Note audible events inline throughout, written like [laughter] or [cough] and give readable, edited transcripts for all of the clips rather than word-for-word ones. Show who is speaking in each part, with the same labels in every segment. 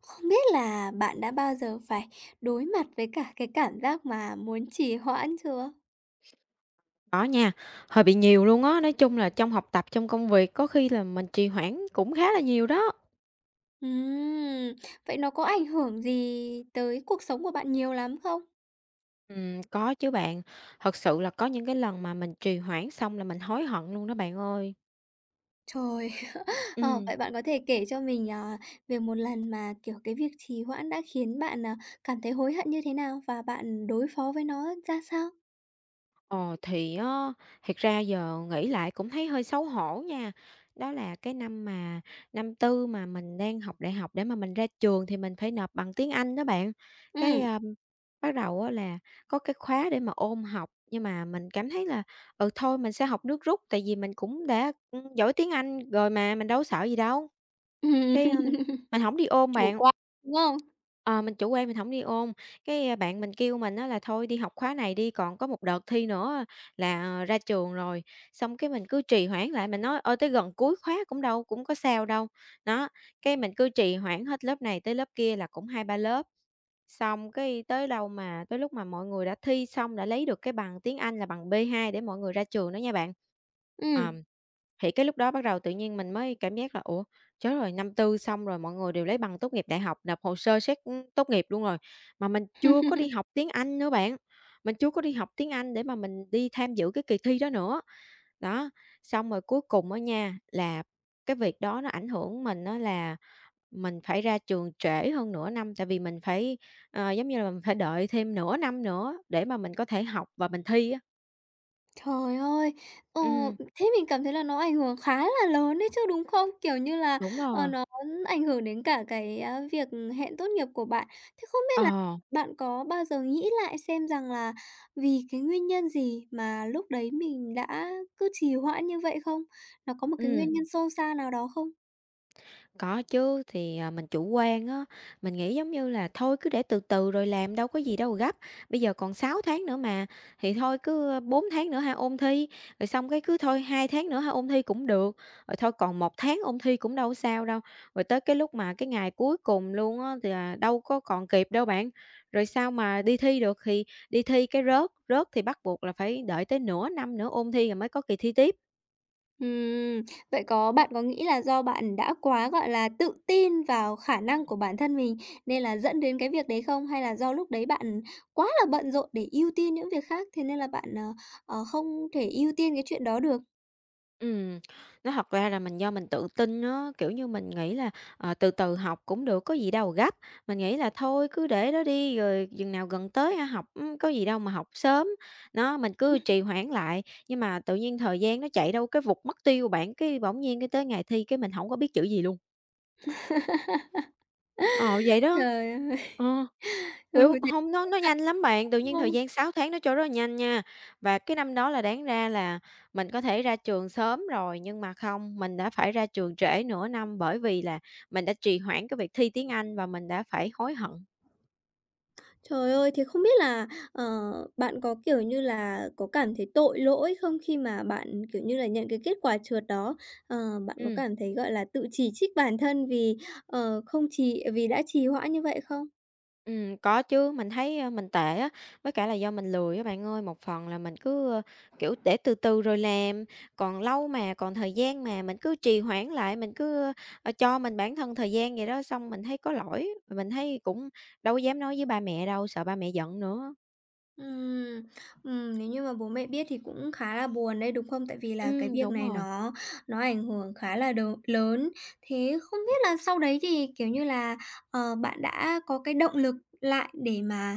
Speaker 1: Không biết là bạn đã bao giờ phải đối mặt với cả cái cảm giác mà muốn trì hoãn chưa?
Speaker 2: Có nha, hơi bị nhiều luôn á, nói chung là trong học tập, trong công việc có khi là mình trì hoãn cũng khá là nhiều đó.
Speaker 1: Ừm, vậy nó có ảnh hưởng gì tới cuộc sống của bạn nhiều lắm không?
Speaker 2: Có chứ bạn, thật sự là có những cái lần mà mình trì hoãn xong là mình hối hận luôn đó bạn ơi.
Speaker 1: Trời! [laughs] Ờ,
Speaker 2: Ừm.
Speaker 1: vậy bạn có thể kể cho mình, về một lần mà, kiểu, cái việc trì hoãn đã khiến bạn, cảm thấy hối hận như thế nào và bạn đối phó với nó ra sao?
Speaker 2: Ờ, thì á, thiệt ra giờ nghĩ lại cũng thấy hơi xấu hổ nha. Đó là cái năm mà năm tư mà mình đang học đại học để mà mình ra trường thì mình phải nộp bằng tiếng Anh đó bạn. Cái,
Speaker 1: Ừm.
Speaker 2: bắt đầu á là có cái khóa để mà ôn học, nhưng mà mình cảm thấy là, ừ, thôi mình sẽ học nước rút, tại vì mình cũng đã, giỏi tiếng Anh rồi mà, mình đâu có sợ gì đâu. Cái,
Speaker 1: [laughs]
Speaker 2: mình không đi ôn
Speaker 1: Chủ
Speaker 2: bạn.
Speaker 1: quan, đúng không?
Speaker 2: Ờ, mình chủ quan mình không đi ôn, cái, bạn mình kêu mình á là "Thôi đi học khóa này đi, còn có một đợt thi nữa là ra trường rồi." Xong cái mình cứ trì hoãn lại, mình nói: "Ôi, tới gần cuối khóa cũng đâu cũng có sao đâu." Đó, cái mình cứ trì hoãn hết lớp này tới lớp kia là cũng 2 3 lớp, xong cái tới đâu mà tới lúc mà mọi người đã thi xong, đã lấy được cái bằng tiếng Anh là bằng B2 để mọi người ra trường đó nha bạn. Ờ.
Speaker 1: Ừm.
Speaker 2: Thì cái lúc đó bắt đầu tự nhiên mình mới cảm giác là "Ủa, chết rồi, năm tư xong rồi, mọi người đều lấy bằng tốt nghiệp đại học, nộp hồ sơ xét, tốt nghiệp luôn rồi, mà mình chưa có đi
Speaker 1: [laughs]
Speaker 2: học tiếng Anh nữa bạn, mình chưa có đi học tiếng Anh để mà mình đi tham dự cái kỳ thi đó nữa." Đó, xong rồi cuối cùng ở nha, là cái việc đó nó ảnh hưởng mình đó là mình phải ra trường trễ hơn nửa năm, tại vì mình phải, giống như là, mình phải đợi thêm nửa năm nữa để mà mình có thể học và mình thi á.
Speaker 1: Trời ơi! Ờ,
Speaker 2: Ừm,
Speaker 1: thế mình cảm thấy là nó ảnh hưởng khá là lớn đấy chứ, đúng không? Kiểu như là,
Speaker 2: đúng rồi,
Speaker 1: nó ảnh hưởng đến cả cái, việc hẹn tốt nghiệp của bạn. Thế không biết là
Speaker 2: ờ,
Speaker 1: bạn có bao giờ nghĩ lại xem rằng là vì cái nguyên nhân gì mà lúc đấy mình đã cứ trì hoãn như vậy không? Nó có một cái
Speaker 2: ừ,
Speaker 1: nguyên nhân sâu xa nào đó không?
Speaker 2: có chứ, thì, mình chủ quan á, mình nghĩ giống như là thôi cứ để từ từ rồi làm, đâu có gì đâu gấp, bây giờ còn 6 tháng nữa mà, thì thôi cứ, 4 tháng nữa ha ôn thi, rồi xong cái cứ thôi 2 tháng nữa ha ôn thi cũng được, rồi thôi còn một tháng ôn thi cũng đâu sao đâu. Rồi tới cái lúc mà cái ngày cuối cùng luôn á, thì là đâu có còn kịp đâu bạn, rồi sao mà đi thi được, thì đi thi cái rớt, rớt thì bắt buộc là phải đợi tới nửa năm nữa ôn thi rồi mới có kỳ thi tiếp.
Speaker 1: Ừm, vậy bạn có nghĩ là do bạn đã quá, gọi là, tự tin vào khả năng của bản thân mình nên là dẫn đến cái việc đấy không? Hay là do lúc đấy bạn quá là bận rộn để ưu tiên những việc khác, thế nên là bạn, không thể ưu tiên cái chuyện đó được?
Speaker 2: Ừ, nó thật ra là mình do mình tự tin á, kiểu như, mình nghĩ là, từ từ học cũng được, có gì đâu gấp. Mình nghĩ là thôi cứ để đó đi, rồi chừng nào gần tới ha học, có gì đâu mà học sớm. Nó mình cứ trì hoãn lại, nhưng mà tự nhiên thời gian nó chạy đâu cái vụt mất tiêu bạn, cái bỗng nhiên cái tới ngày thi cái mình không có biết chữ gì luôn. Ờ, vậy đó.
Speaker 1: Trời ơi! [laughs]
Speaker 2: Ờ. Kiểu,
Speaker 1: Ừ, thế
Speaker 2: hông, nó nhanh lắm bạn, tự
Speaker 1: đúng
Speaker 2: nhiên thời
Speaker 1: không?
Speaker 2: gian 6 tháng nó trôi rất là nhanh nha. Và cái năm đó là đáng ra là mình có thể ra trường sớm rồi, nhưng mà không, mình đã phải ra trường trễ nửa năm bởi vì là mình đã trì hoãn cái việc thi tiếng Anh và mình đã phải hối hận.
Speaker 1: Trời ơi, thế không biết là, ờ, bạn có, kiểu như là, có cảm thấy tội lỗi không khi mà bạn, kiểu như là, nhận cái kết quả trượt đó? Bạn có
Speaker 2: Ừm.
Speaker 1: cảm thấy, gọi là, tự chỉ trích bản thân vì đã trì hoãn như vậy không?
Speaker 2: Có chứ, mình thấy, mình tệ á, với cả là do mình lười á bạn ơi. Một phần là mình cứ, kiểu, để từ từ rồi làm, còn lâu mà, còn thời gian mà, mình cứ trì hoãn lại, mình cứ, cho mình bản thân thời gian vậy đó, xong mình thấy có lỗi, mình thấy cũng đâu có dám nói với ba mẹ đâu, sợ ba mẹ giận nữa.
Speaker 1: Ừm, nếu như mà bố mẹ biết thì cũng khá là buồn đấy, đúng không? Tại vì là cái việc
Speaker 2: Đúng
Speaker 1: này
Speaker 2: rồi,
Speaker 1: nó ảnh hưởng khá là đầu lớn. Thế không biết là sau đấy thì, kiểu như là, bạn đã có cái động lực lại để mà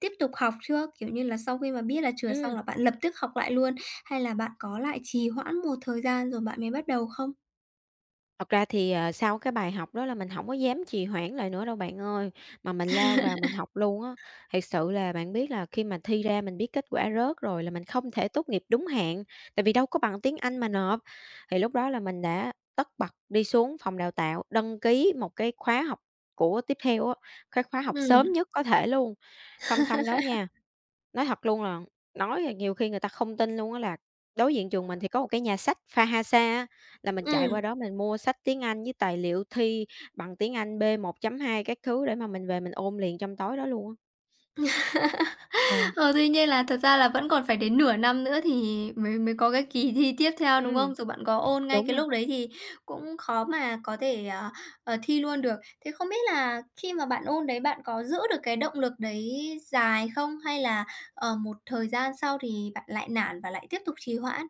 Speaker 1: tiếp tục học chưa? Kiểu như là, sau khi mà biết là trượt xong
Speaker 2: ừm.
Speaker 1: là bạn lập tức học lại luôn, hay là bạn có lại trì hoãn một thời gian rồi bạn mới bắt đầu không?
Speaker 2: Thật ra thì, sau cái bài học đó là mình không có dám trì hoãn lại nữa đâu bạn ơi, mà mình lao vào mình học luôn á. Thiệt sự là bạn biết là khi mà thi ra mình biết kết quả rớt rồi là mình không thể tốt nghiệp đúng hạn, tại vì đâu có bằng tiếng Anh mà nộp. Thì lúc đó là mình đã tất bật đi xuống phòng đào tạo, đăng ký một cái khóa học của tiếp theo á, cái khóa học
Speaker 1: Ừ,
Speaker 2: sớm nhất có thể luôn. Song song đó nha. Nói thật luôn là nói là nhiều khi người ta không tin luôn á là đối diện trường mình thì có một cái nhà sách Phahasa á, là mình chạy qua
Speaker 1: ừ.
Speaker 2: đó mình mua sách tiếng Anh với tài liệu thi bằng tiếng Anh B.2 các thứ để mà mình về mình ôn liền trong tối đó luôn á. Ờ.
Speaker 1: Ờ, tuy nhiên là thật ra là vẫn còn phải đến nửa năm nữa thì mới mới có cái kỳ thi tiếp theo, đúng
Speaker 2: Ừm,
Speaker 1: không? Rồi bạn có ôn ngay
Speaker 2: đúng
Speaker 1: cái
Speaker 2: rồi.
Speaker 1: lúc đấy thì cũng khó mà có thể, thi luôn được. Thế không biết là khi mà bạn ôn đấy bạn có giữ được cái động lực đấy dài không? Hay là, một thời gian sau thì bạn lại nản và lại tiếp tục trì hoãn?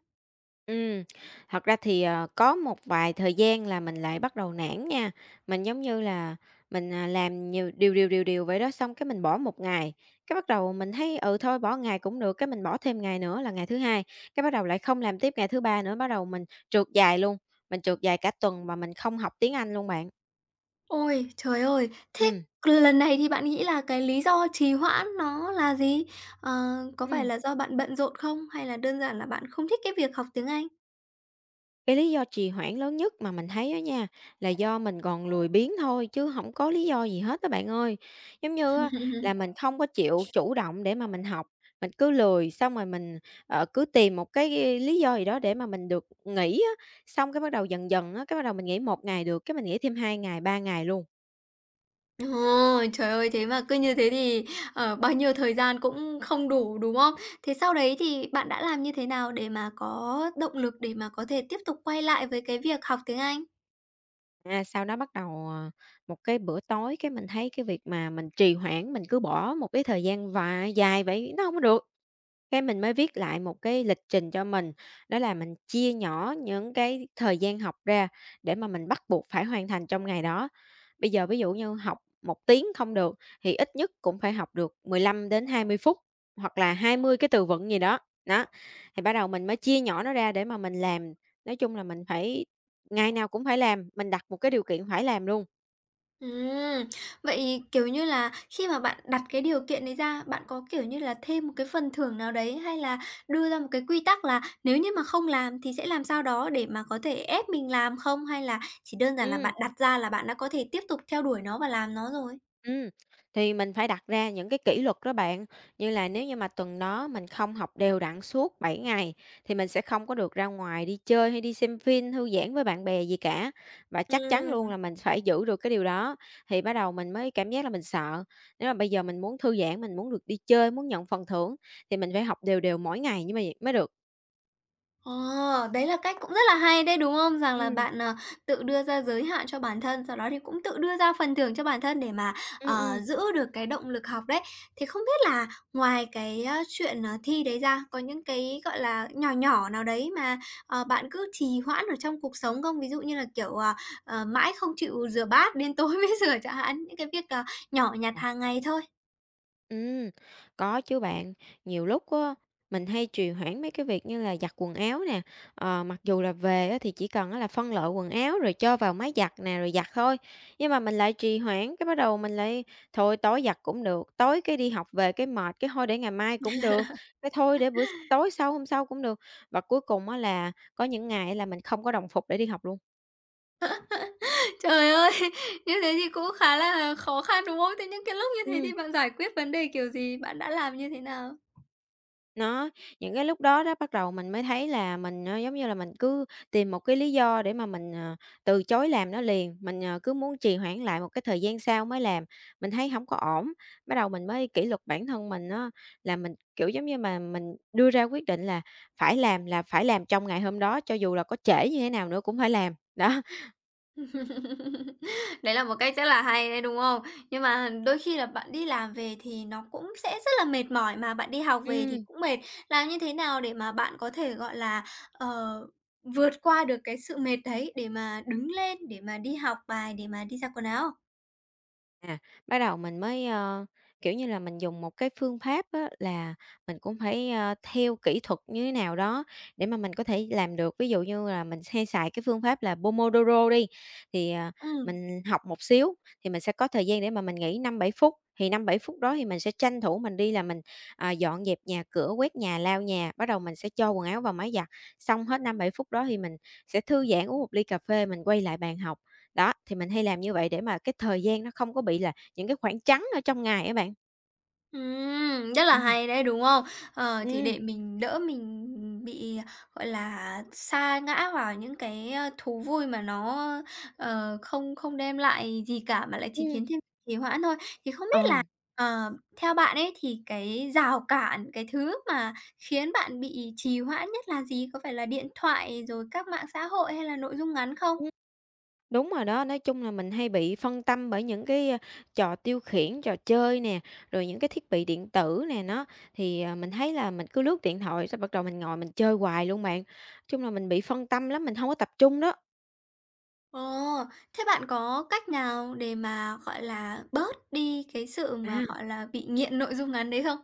Speaker 2: Ừ, thật ra thì, có một vài thời gian là mình lại bắt đầu nản nha. Mình, giống như là, mình, làm nhiều điều vậy đó, xong cái mình bỏ một ngày, cái bắt đầu mình thấy, ừ, thôi bỏ ngày cũng được, cái mình bỏ thêm ngày nữa là ngày thứ Hai, cái bắt đầu lại không làm tiếp ngày thứ Ba nữa, bắt đầu mình trượt dài luôn, mình trượt dài cả tuần mà mình không học tiếng Anh luôn bạn.
Speaker 1: Ôi, trời ơi! Thế
Speaker 2: Ừ.
Speaker 1: lần này thì bạn nghĩ là cái lý do trì hoãn nó là gì? Ờ, có phải
Speaker 2: Ừm.
Speaker 1: là do bạn bận rộn không? Hay là đơn giản là bạn không thích cái việc học tiếng Anh?
Speaker 2: Cái lý do trì hoãn lớn nhất mà mình thấy á nha, là do mình còn lười biếng thôi chứ không có lý do gì hết á bạn ơi. Giống như á là
Speaker 1: [laughs]
Speaker 2: mình không có chịu chủ động để mà mình học, mình cứ lười, xong rồi mình, cứ tìm một cái lý do gì đó để mà mình được nghỉ á, xong cái bắt đầu dần dần á, cái bắt đầu mình nghỉ một ngày được, cái mình nghỉ thêm 2 ngày, 3 ngày luôn.
Speaker 1: Ồ, trời ơi, thế mà cứ như thế thì, bao nhiêu thời gian cũng không đủ, đúng không? Thế sau đấy thì bạn đã làm như thế nào để mà có động lực để mà có thể tiếp tục quay lại với cái việc học tiếng Anh?
Speaker 2: À, sau đó bắt đầu, một cái bữa tối cái mình thấy cái việc mà mình trì hoãn, mình cứ bỏ một cái thời gian và dài vậy nó không có được. Cái mình mới viết lại một cái lịch trình cho mình, đó là mình chia nhỏ những cái thời gian học ra để mà mình bắt buộc phải hoàn thành trong ngày đó. Bây giờ ví dụ như học một tiếng không được thì ít nhất cũng phải học được 15 đến 20 phút, hoặc là 20 cái từ vựng gì đó. Đó, thì bắt đầu mình mới chia nhỏ nó ra để mà mình làm, nói chung là mình phải ngày nào cũng phải làm, mình đặt một cái điều kiện phải làm luôn.
Speaker 1: Ừm, vậy, kiểu như là, khi mà bạn đặt cái điều kiện đấy ra, bạn có, kiểu như là, thêm một cái phần thưởng nào đấy hay là đưa ra một cái quy tắc là nếu như mà không làm thì sẽ làm sao đó để mà có thể ép mình làm không? Hay là chỉ đơn giản là
Speaker 2: Ừm.
Speaker 1: bạn đặt ra là bạn đã có thể tiếp tục theo đuổi nó và làm nó rồi?
Speaker 2: Ừm, thì mình phải đặt ra những cái kỷ luật đó bạn, như là nếu như mà tuần đó mình không học đều đặn suốt 7 ngày thì mình sẽ không có được ra ngoài đi chơi hay đi xem phim, thư giãn với bạn bè gì cả. Và chắc chắn luôn
Speaker 1: Ừm.
Speaker 2: là mình phải giữ được cái điều đó thì bắt đầu mình mới cảm giác là mình sợ. Nếu mà bây giờ mình muốn thư giãn, mình muốn được đi chơi, muốn nhận phần thưởng thì mình phải học đều đều mỗi ngày nhưng mà mới được.
Speaker 1: Ờ, đấy là cách cũng rất là hay đấy, đúng không? Rằng là
Speaker 2: Ừm.
Speaker 1: bạn, tự đưa ra giới hạn cho bản thân, sau đó thì cũng tự đưa ra phần thưởng cho bản thân để mà,
Speaker 2: Ừm,
Speaker 1: ờ,
Speaker 2: ừm.
Speaker 1: giữ được cái động lực học đấy. Thế không biết là ngoài cái, chuyện, thi đấy ra, có những cái, gọi là, nhỏ nhỏ nào đấy mà, bạn cứ trì hoãn ở trong cuộc sống không? Ví dụ như là, kiểu, mãi không chịu rửa bát, đến tối [laughs] mới rửa chẳng hạn, những cái việc, nhỏ nhặt hàng ngày thôi.
Speaker 2: Ừm, có chứ bạn. Nhiều lúc á, mình hay trì hoãn mấy cái việc như là giặt quần áo nè. Ờ, mặc dù là về á, thì chỉ cần á, là phân loại quần áo rồi cho vào máy giặt nè, rồi giặt thôi. Nhưng mà mình lại trì hoãn, cái bắt đầu mình lại thôi tối giặt cũng được, tối cái đi học về cái mệt, cái thôi để ngày mai cũng được, cái thôi để bữa s tối sau, hôm sau cũng được. Và cuối cùng á, là có những ngày là mình không có đồng phục để đi học luôn.
Speaker 1: Trời ơi! [laughs] Như thế thì cũng khá là khó khăn, đúng không? Thế những cái lúc như thế
Speaker 2: Ừm.
Speaker 1: thì bạn giải quyết vấn đề kiểu gì? Bạn đã làm như thế nào?
Speaker 2: Nó những cái lúc đó đó bắt đầu mình mới thấy là mình, giống như là, mình cứ tìm một cái lý do để mà mình, từ chối làm nó liền, mình, cứ muốn trì hoãn lại một cái thời gian sau mới làm, mình thấy không có ổn. Bắt đầu mình mới kỷ luật bản thân mình á, là mình, kiểu, giống như mà mình đưa ra quyết định là phải làm trong ngày hôm đó, cho dù là có trễ như thế nào nữa cũng phải làm, đó.
Speaker 1: [laughs] Đấy là một cách rất là hay đấy, đúng không? Nhưng mà đôi khi là bạn đi làm về thì nó cũng sẽ rất là mệt mỏi, mà bạn đi học về thì
Speaker 2: Ừm.
Speaker 1: cũng mệt. Làm như thế nào để mà bạn có thể, gọi là, ờ, vượt qua được cái sự mệt đấy để mà đứng lên, để mà đi học bài, để mà đi giặt quần áo?
Speaker 2: À, bắt đầu mình mới, kiểu như là, mình dùng một cái phương pháp á là mình cũng phải, theo kỹ thuật như thế nào đó để mà mình có thể làm được. Ví dụ như là mình hay xài cái phương pháp là Pomodoro đi, thì,
Speaker 1: Ừm.
Speaker 2: mình học một xíu thì mình sẽ có thời gian để mà mình nghỉ năm bảy phút, thì năm bảy phút đó thì mình sẽ tranh thủ mình đi là mình, dọn dẹp nhà cửa, quét nhà, lau nhà, bắt đầu mình sẽ cho quần áo vào máy giặt. Xong hết năm bảy phút đó thì mình sẽ thư giãn, uống một ly cà phê, mình quay lại bàn học. Đó, thì mình hay làm như vậy để mà cái thời gian nó không có bị là những cái khoảng trắng ở trong ngày á bạn.
Speaker 1: Rất là
Speaker 2: Ừm.
Speaker 1: hay đấy, đúng không? Thì
Speaker 2: Ừm.
Speaker 1: để mình đỡ mình bị, gọi là, sa ngã vào những cái, thú vui mà nó, không không đem lại gì cả mà lại chỉ khiến
Speaker 2: Ừm.
Speaker 1: thêm trì hoãn thôi. Thì không
Speaker 2: Ờ.
Speaker 1: biết là, ờ, theo bạn ấy thì cái rào cản, cái thứ mà khiến bạn bị trì hoãn nhất là gì? Có phải là điện thoại rồi các mạng xã hội hay là nội dung ngắn không?
Speaker 2: ừm, Đúng rồi đó. Nói chung là mình hay bị phân tâm bởi những cái, trò tiêu khiển, trò chơi nè, rồi những cái thiết bị điện tử nè, nó thì, mình thấy là mình cứ lướt điện thoại xong bắt đầu mình ngồi mình chơi hoài luôn bạn. Chung là mình bị phân tâm lắm, mình hông có tập trung đó.
Speaker 1: Ồ, thế bạn có cách nào để mà, gọi là, bớt đi cái sự mà,
Speaker 2: À.
Speaker 1: gọi là, bị nghiện nội dung ngắn đấy không?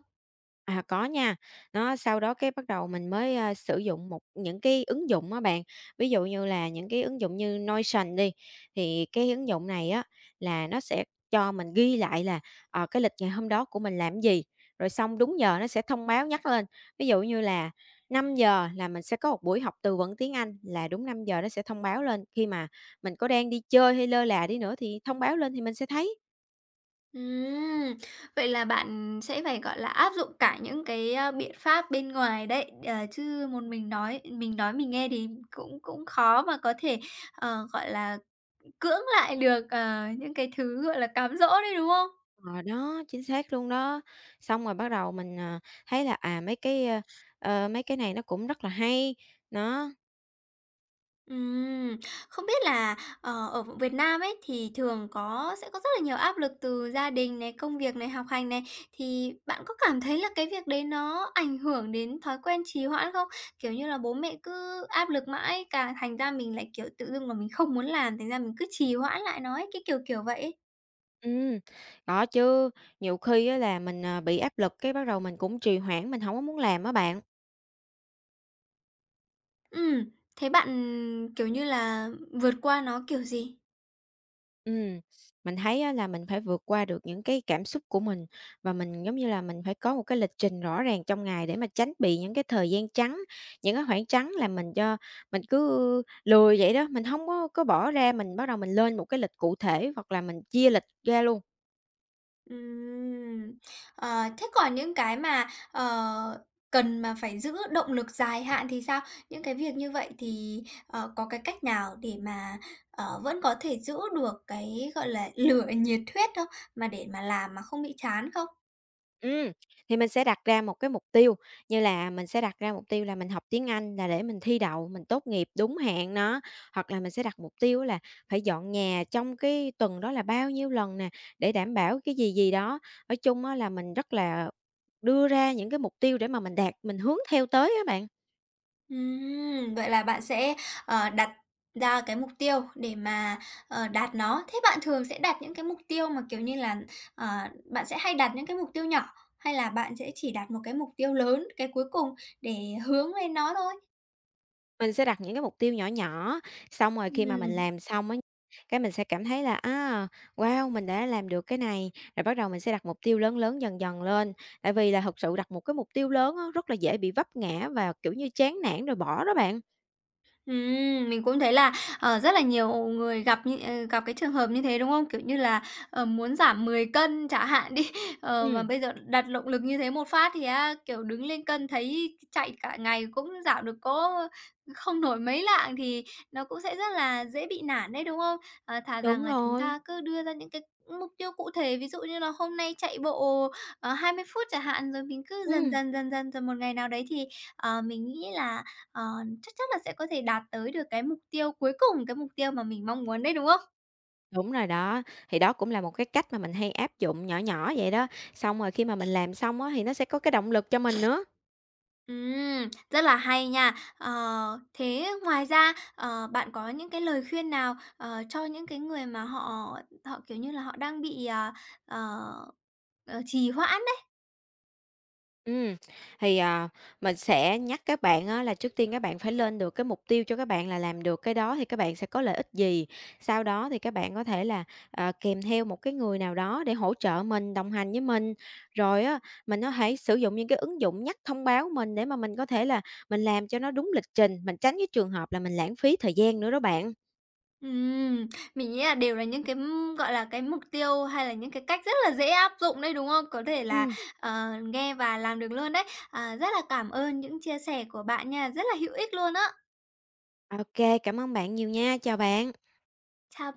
Speaker 2: À, có nha. Nó sau đó cái bắt đầu mình mới, sử dụng một những cái ứng dụng á bạn, ví dụ như là những cái ứng dụng như Notion đi, thì cái ứng dụng này á là nó sẽ cho mình ghi lại là, cái lịch ngày hôm đó của mình làm gì, rồi xong đúng giờ nó sẽ thông báo nhắc lên. Ví dụ như là 5 giờ là mình sẽ có một buổi học từ vựng tiếng Anh, là đúng 5 giờ nó sẽ thông báo lên, khi mà mình có đang đi chơi hay lơ là đi nữa thì thông báo lên thì mình sẽ thấy.
Speaker 1: Ừm, vậy là bạn sẽ phải, gọi là, áp dụng cả những cái, biện pháp bên ngoài đấy, chứ một mình nói mình nói mình nghe thì cũng cũng khó mà có thể, gọi là, cưỡng lại được, những cái thứ, gọi là, cám dỗ đấy, đúng không?
Speaker 2: Ờ, đó, chính xác luôn đó. Xong rồi bắt đầu mình, thấy là, mấy cái, mấy cái này nó cũng rất là hay, nó
Speaker 1: Ừm, không biết là, ở Việt Nam ấy thì thường sẽ có rất là nhiều áp lực từ gia đình này, công việc này, học hành này, thì bạn có cảm thấy là cái việc đấy nó ảnh hưởng đến thói quen trì hoãn không? Kiểu như là, bố mẹ cứ áp lực mãi, cả thành ra mình lại, kiểu, tự dưng mà mình không muốn làm, thành ra mình cứ trì hoãn lại nó ấy, kiểu vậy ấy.
Speaker 2: ừm, đó, chứ nhiều khi á là mình, bị áp lực cái bắt đầu mình cũng trì hoãn, mình hổng có muốn làm á bạn.
Speaker 1: Ừm, thế bạn, kiểu như là, vượt qua nó kiểu gì?
Speaker 2: Ừm, mình thấy á là mình phải vượt qua được những cái cảm xúc của mình và mình, giống như là, mình phải có một cái lịch trình rõ ràng trong ngày để mà tránh bị những cái thời gian trắng, những cái khoảng trắng là mình cho mình cứ lười vậy đó, mình không có bỏ ra, mình bắt đầu mình lên một cái lịch cụ thể hoặc là mình chia lịch ra luôn.
Speaker 1: Ừm. Ờ, thế còn những cái mà, ờ, cần mà phải giữ động lực dài hạn thì sao? Những cái việc như vậy thì, có cái cách nào để mà, vẫn có thể giữ được cái, gọi là, lửa nhiệt huyết không? Mà để mà làm mà không bị chán không?
Speaker 2: Ừm, thì mình sẽ đặt ra một cái mục tiêu, như là mình sẽ đặt ra mục tiêu là mình học tiếng Anh là để mình thi đậu, mình tốt nghiệp đúng hạn nó, hoặc là mình sẽ đặt mục tiêu là phải dọn nhà trong cái tuần đó là bao nhiêu lần nè, để đảm bảo cái gì gì đó. Nói chung á là mình rất là đưa ra những cái mục tiêu để mà mình đạt, mình hướng theo tới á bạn.
Speaker 1: Vậy là bạn sẽ, đặt ra cái mục tiêu để mà, đạt nó. Thế bạn thường sẽ đặt những cái mục tiêu mà, kiểu như là, ờ, bạn sẽ hay đặt những cái mục tiêu nhỏ, hay là bạn sẽ chỉ đặt một cái mục tiêu lớn, cái cuối cùng để hướng lên nó thôi?
Speaker 2: Mình sẽ đặt những cái mục tiêu nhỏ nhỏ, xong rồi khi mà mình
Speaker 1: Ừm.
Speaker 2: làm xong á, cái mình sẽ cảm thấy là, á, wow, mình đã làm được cái này, rồi bắt đầu mình sẽ đặt mục tiêu lớn lớn dần dần lên. Tại vì là thực sự đặt một cái mục tiêu lớn á, rất là dễ bị vấp ngã và, kiểu như, chán nản rồi bỏ đó bạn.
Speaker 1: Mình cũng thấy là, rất là nhiều người gặp cái trường hợp như thế, đúng không? Kiểu như là, muốn giảm 10 cân chẳng hạn đi, [laughs] mà
Speaker 2: Ừm.
Speaker 1: bây giờ đặt động lực như thế một phát thì á, kiểu, đứng lên cân thấy chạy cả ngày cũng giảm được có không nổi mấy lạng thì nó cũng sẽ rất là dễ bị nản đấy, đúng không? Thà rằng
Speaker 2: Đúng
Speaker 1: là chúng
Speaker 2: rồi,
Speaker 1: ta cứ đưa ra những cái mục tiêu cụ thể, ví dụ như là hôm nay chạy bộ, 20 phút chẳng hạn, rồi mình cứ dần
Speaker 2: ừm,
Speaker 1: dần, dần dần, rồi một ngày nào đấy thì, ờ, mình nghĩ là Ờ, chắc chắn là sẽ có thể đạt tới được cái mục tiêu cuối cùng, cái mục tiêu mà mình mong muốn đấy, đúng không?
Speaker 2: đúng rồi đó. Thì đó cũng là một cái cách mà mình hay áp dụng nhỏ nhỏ vậy đó, xong rồi khi mà mình làm xong á, thì nó sẽ có cái động lực cho mình nữa.
Speaker 1: Rất là hay nha. Ờ, thế ngoài ra, bạn có những cái lời khuyên nào, cho những cái người mà họ họ, kiểu như là, họ đang bị, ờ, ờ, trì hoãn đấy?
Speaker 2: Ừ, thì, mình sẽ nhắc các bạn á là trước tiên các bạn phải lên được cái mục tiêu cho các bạn là làm được cái đó thì các bạn sẽ có lợi ích gì. Sau đó thì các bạn có thể là, kèm theo một cái người nào đó để hỗ trợ mình, đồng hành với mình. Rồi á, mình có thể sử dụng những cái ứng dụng nhắc thông báo mình để mà mình có thể là mình làm cho nó đúng lịch trình, mình tránh cái trường hợp là mình lãng phí thời gian nữa đó bạn.
Speaker 1: Ừm, mình nghĩ là đều là những cái, gọi là, cái mục tiêu hay là những cái cách rất là dễ áp dụng đấy, đúng không? Có thể
Speaker 2: Ừ,
Speaker 1: là, nghe và làm được luôn đấy. À, rất là cảm ơn những chia sẻ của bạn nha, rất là hữu ích luôn á.
Speaker 2: OK, cảm ơn bạn nhiều nha, chào bạn.
Speaker 1: Chào